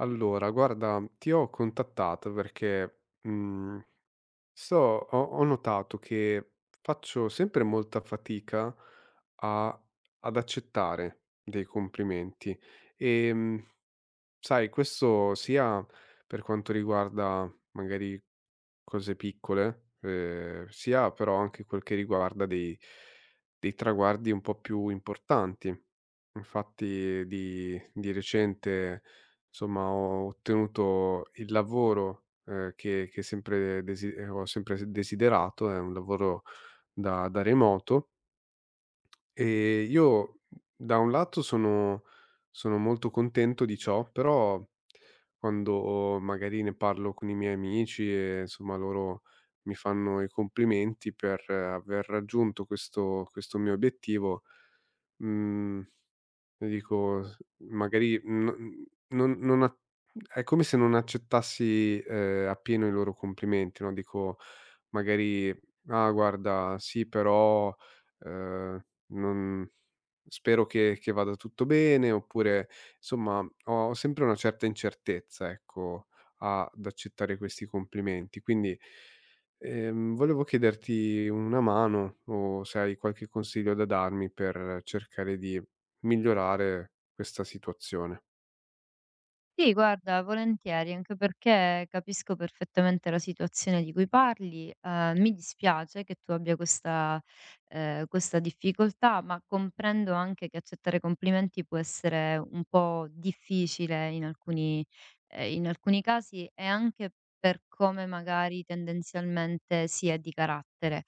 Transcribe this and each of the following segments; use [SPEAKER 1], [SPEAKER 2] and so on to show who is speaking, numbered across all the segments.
[SPEAKER 1] Allora, guarda, ti ho contattato perché, ho notato che faccio sempre molta fatica a ad accettare dei complimenti. Ehm, Sai, questo sia per quanto riguarda magari cose piccole, sia però anche quel che riguarda dei traguardi un po' più importanti. Infatti di recente, insomma, ho ottenuto il lavoro, che sempre desi ho sempre s desiderato. È un lavoro da remoto. Io da un lato sono molto contento di ciò, però quando magari ne parlo con i miei amici, e insomma loro mi fanno i complimenti per aver raggiunto questo mio obiettivo. Mhmm Io dico, s magari, no, n non a è come se non accettassi, appieno, i loro complimenti, no, dico magari: "Ah guarda, sì però, ehm, non, spero che vada tutto bene", oppure insomma ho sempre una certa incertezza, ecco, ad accettare questi complimenti. Quindi, volevo chiederti una mano, o se hai qualche consiglio da darmi per cercare di migliorare questa situazione.
[SPEAKER 2] Sì, guarda, volentieri, anche perché capisco perfettamente la situazione di cui parli. Mi dispiace che tu abbia questa, questa difficoltà, ma comprendo anche che accettare complimenti può essere un po' difficile in alcuni casi e anche per come magari tendenzialmente si è di carattere.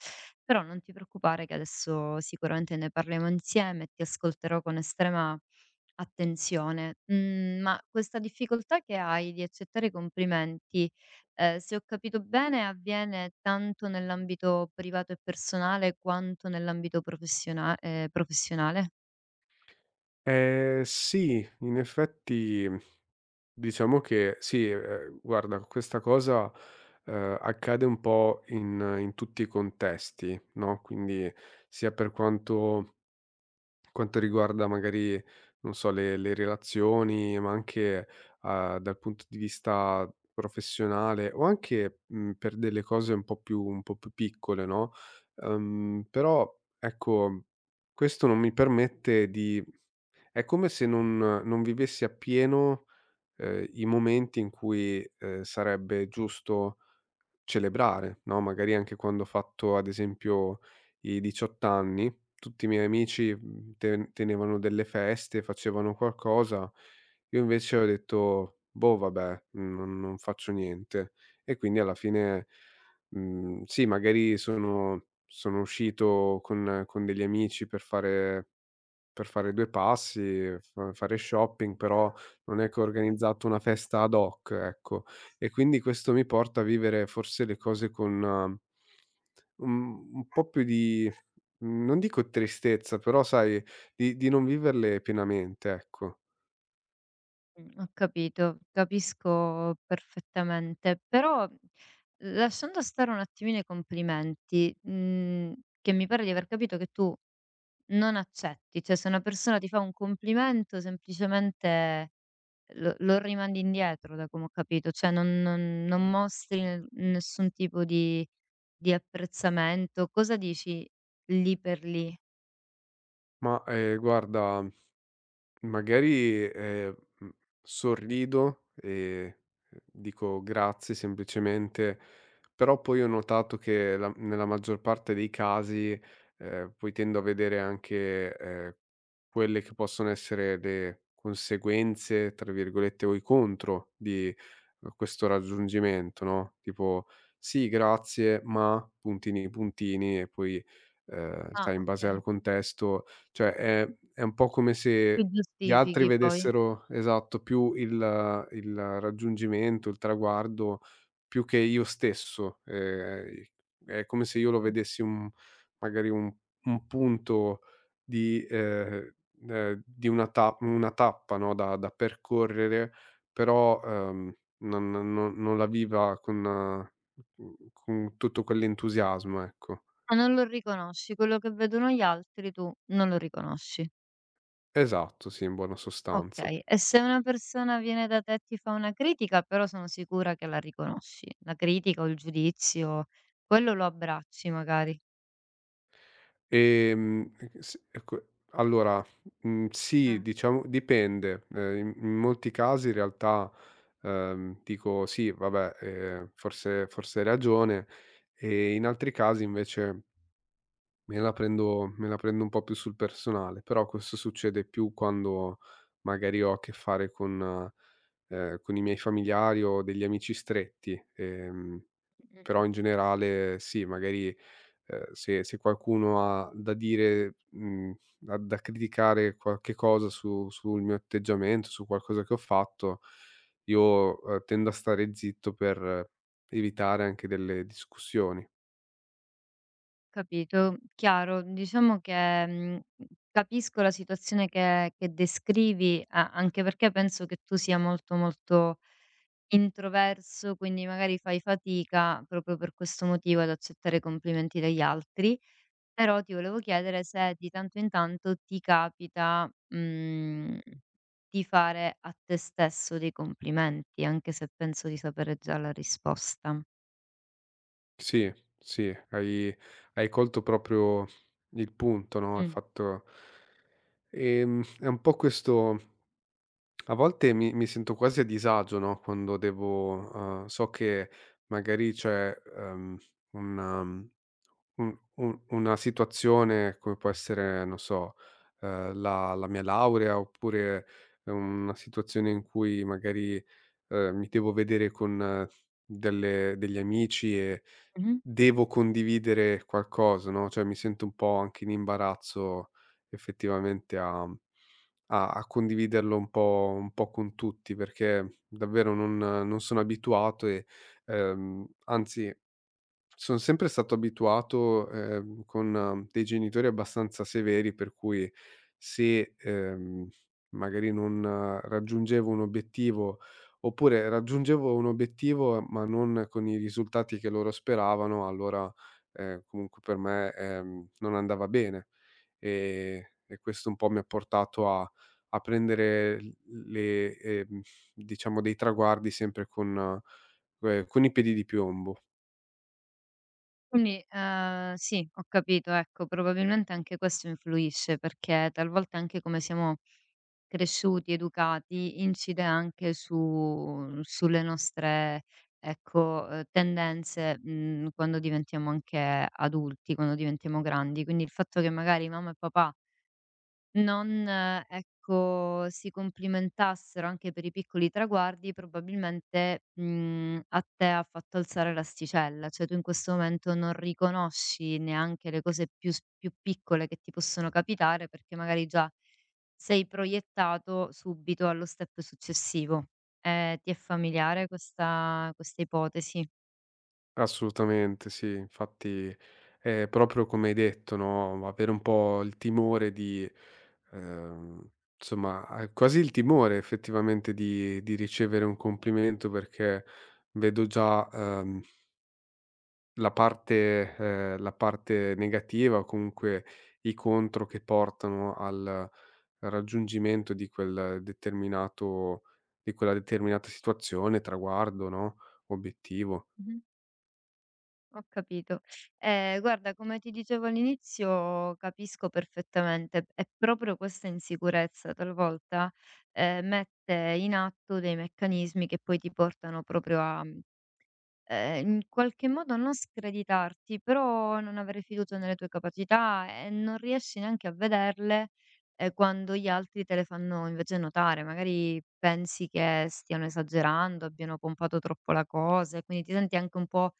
[SPEAKER 2] Però non ti preoccupare che adesso sicuramente ne parliamo insieme, e ti ascolterò con estrema attenzione. Mhmm, ma questa difficoltà che hai di accettare complimenti, se ho capito bene avviene tanto nell'ambito privato e personale quanto nell'ambito professionale?
[SPEAKER 1] Sì, in effetti, diciamo che sì. Guarda, questa cosa, accade un po' in tutti i contesti, no? Quindi sia per quanto riguarda, magari, non so, le relazioni, ma anche, dal punto di vista professionale, o anche, per delle cose un po' più piccole, no, però ecco, questo non mi permette di. È come se non vivessi appieno, i momenti in cui, sarebbe giusto celebrare, no, magari anche quando ho fatto, ad esempio, i 18 anni. Tutti i miei amici, tenevano delle feste, facevano qualcosa. Io invece ho detto: "Boh, vabbè, non faccio niente". E quindi alla fine, sì, magari sono uscito con degli amici per fare 2 passi, fa fare shopping, però non è che ho organizzato una festa ad hoc, ecco. E quindi questo mi porta a vivere, forse, le cose con, un po' più di, non dico, tristezza, però sai, di non viverle pienamente, ecco.
[SPEAKER 2] Ho capito, capisco perfettamente. Però, lasciando stare un attimino i complimenti, mhmm, che mi pare di aver capito che tu non accetti, cioè se una persona ti fa un complimento semplicemente lo rimandi indietro da come ho capito, cioè non mostri ne nessun tipo di apprezzamento. Cosa dici lì per lì?
[SPEAKER 1] Ma, guarda, magari, sorrido e, dico grazie, semplicemente, però poi ho notato che, la nella maggior parte dei casi, poi tendo a vedere anche, quelle che possono essere le "conseguenze" tra virgolette, o i contro di, questo raggiungimento, no, tipo: "Sì, grazie, ma" puntini, puntini, e poi,
[SPEAKER 2] Ah,
[SPEAKER 1] sai, in base al
[SPEAKER 2] okay.
[SPEAKER 1] contesto, cioè è un po' come
[SPEAKER 2] Ti
[SPEAKER 1] se gli altri
[SPEAKER 2] giustifichi poi.
[SPEAKER 1] vedessero, esatto, più il il raggiungimento, il traguardo, più che io stesso. È come se io lo
[SPEAKER 2] Mh.
[SPEAKER 1] vedessi, un, magari, un punto di una tappa, no, da percorrere, però, non non la viva con, con tutto quell'entusiasmo, ecco.
[SPEAKER 2] Ah, non lo riconosci, quello che vedono gli altri tu non lo riconosci.
[SPEAKER 1] Esatto, sì, in buona sostanza.
[SPEAKER 2] Okay, e se una persona viene da te e ti fa una critica, però sono sicura che la riconosci. La critica o il giudizio, quello lo abbracci magari.
[SPEAKER 1] Ehm, s ecco, allora, sì,
[SPEAKER 2] Ah,
[SPEAKER 1] diciamo, dipende. In molti casi, in realtà, dico: "Sì, vabbè, forse hai ragione", e in altri casi invece me la prendo un po' più sul personale, però questo succede più quando magari ho a che fare con i miei familiari, o degli amici stretti, però
[SPEAKER 2] mh-mh.
[SPEAKER 1] in generale sì, magari, se qualcuno ha da dire, da criticare qualche cosa su sul mio atteggiamento, su qualcosa che ho fatto, io, tendo a stare zitto per, evitare anche delle discussioni.
[SPEAKER 2] Capito, chiaro. Diciamo che, mhmm, capisco la situazione che descrivi, a anche perché penso che tu sia molto, molto introverso, quindi magari fai fatica proprio per questo motivo ad accettare i complimenti dagli altri. Però ti volevo chiedere se di tanto in tanto ti capita, mhmm, di fare a te stesso dei complimenti, anche se penso di sapere già la risposta.
[SPEAKER 1] Sì, sì, hai colto proprio il punto, no, il
[SPEAKER 2] Mh.
[SPEAKER 1] fatto, è un po' questo. A volte mi sento quasi a disagio, no, quando devo, so che magari c'è, un un una situazione, come può essere, non so, la mia laurea, oppure una situazione in cui, magari, mi devo vedere con, delle degli amici, e
[SPEAKER 2] Mh-mh.
[SPEAKER 1] devo condividere qualcosa, no, cioè mi sento un po' anche in imbarazzo, effettivamente, a condividerlo un po' con tutti, perché davvero non sono abituato e, anzi, son sempre stato abituato, con, dei genitori abbastanza severi, per cui, se, magari non, raggiungevo un obiettivo, oppure raggiungevo un obiettivo ma non con i risultati che loro speravano, allora, comunque per me, non andava bene. Ehm, e questo un po' mi ha portato a prendere l le diciamo, dei traguardi, sempre con i piedi di piombo.
[SPEAKER 2] Quindi, sì, ho capito, ecco, probabilmente anche questo influisce, perché talvolta anche come siamo cresciuti, educati, incide anche su sulle nostre, ecco, tendenze, mhmm, quando diventiamo anche adulti, quando diventiamo grandi. Quindi il fatto che magari mamma e papà non, ecco, si complimentassero anche per i piccoli traguardi, probabilmente, mhmm, a te ha fatto alzare l'asticella, cioè tu in questo momento non riconosci neanche le cose più piccole che ti possono capitare, perché magari già sei proiettato subito allo step successivo. Ti è familiare questa ipotesi?
[SPEAKER 1] Assolutamente sì, infatti è proprio come hai detto, no, avere un po' il timore di, ehm, insomma, quasi il timore, effettivamente, di, ricevere un complimento, perché vedo già, la parte, negativa, o comunque, i contro che portano al raggiungimento di quel determinato, di quella determinata situazione, traguardo, no? Obiettivo.
[SPEAKER 2] Mh-mh. Ho capito. Guarda, come ti dicevo all'inizio capisco perfettamente, è proprio questa insicurezza talvolta, mette in atto dei meccanismi che poi ti portano proprio a, mhmm, in qualche modo a non screditarti, però non avere fiducia nelle tue capacità e non riesci neanche a vederle, quando gli altri te le fanno invece notare. Magari pensi che stiano esagerando, abbiano pompato troppo la cosa e quindi ti senti anche un po'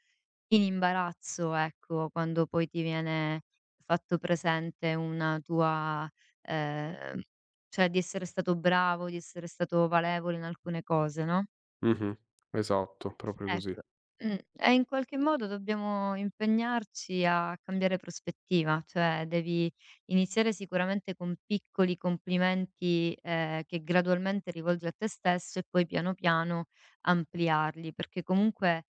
[SPEAKER 2] in imbarazzo, ecco, quando poi ti viene fatto presente una tua ehm, cioè di essere stato bravo, di essere stato valevole in alcune cose, no,
[SPEAKER 1] Mh-mh. Esatto, proprio così.
[SPEAKER 2] ecco. E in qualche modo dobbiamo impegnarci a cambiare prospettiva, cioè devi iniziare sicuramente con piccoli complimenti, che gradualmente rivolgi a te stesso e poi piano piano ampliarli, perché comunque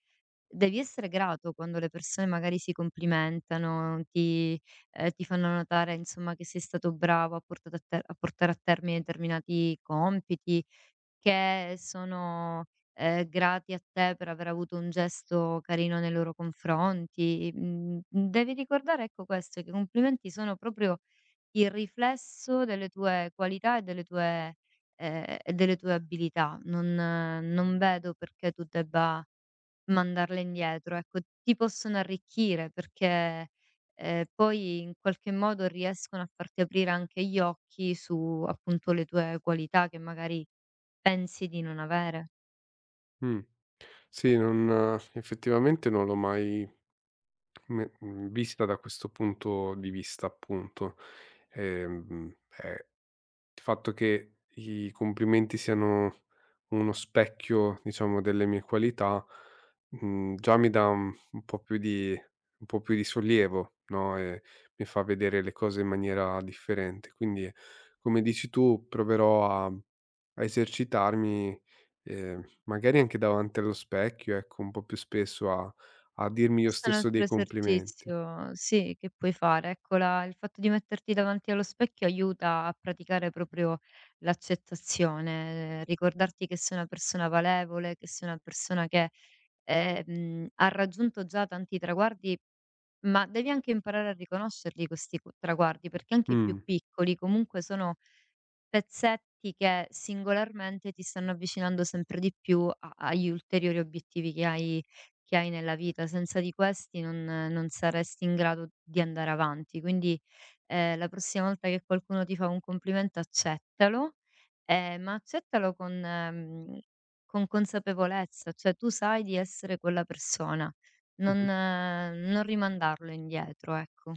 [SPEAKER 2] devi essere grato quando le persone magari si complimentano, ti ti fanno notare insomma che sei stato bravo a portato a ter a portare a termine determinati compiti, che sono, grati a te per aver avuto un gesto carino nei loro confronti. Mhmm, devi ricordare ecco questo, che i complimenti sono proprio il riflesso delle tue qualità e delle tue abilità. Non non vedo perché tu debba mandarle indietro, ecco. Ti possono arricchire perché, poi in qualche modo riescono a farti aprire anche gli occhi su, appunto, le tue qualità che magari pensi di non avere.
[SPEAKER 1] Mh. Sì, non, effettivamente, non l'ho mai vista da questo punto di vista, appunto. Ehm, ehm, il fatto che i complimenti siano uno specchio, diciamo, delle mie qualità, già mi dà un po' più di sollievo, no, e mi fa vedere le cose in maniera differente. Quindi, come dici tu, proverò a. A esercitarmi, magari anche davanti allo specchio, ecco, un po' più spesso, a dirmi io
[SPEAKER 2] Questo è un
[SPEAKER 1] stesso dei
[SPEAKER 2] altro
[SPEAKER 1] complimenti.
[SPEAKER 2] esercizio, sì, che puoi fare. Ecco, la il fatto di metterti davanti allo specchio aiuta a praticare proprio l'accettazione, ricordarti che sei una persona valevole, che sei una persona che, ha raggiunto già tanti traguardi, ma devi anche imparare a riconoscerli questi qu traguardi, perché anche i più
[SPEAKER 1] Mh.
[SPEAKER 2] piccoli comunque sono pezzetti che singolarmente ti stanno avvicinando sempre di più a agli ulteriori obiettivi che hai nella vita, senza di questi non non saresti in grado di andare avanti. Quindi, la prossima volta che qualcuno ti fa un complimento accettalo, ma accettalo con mhmm, con consapevolezza, cioè tu sai di essere quella persona, non
[SPEAKER 1] Mh-mh.
[SPEAKER 2] non rimandarlo indietro, ecco.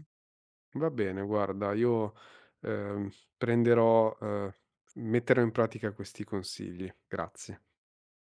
[SPEAKER 1] Va bene, guarda, io, ehm, prenderò metterò in pratica questi consigli. Grazie.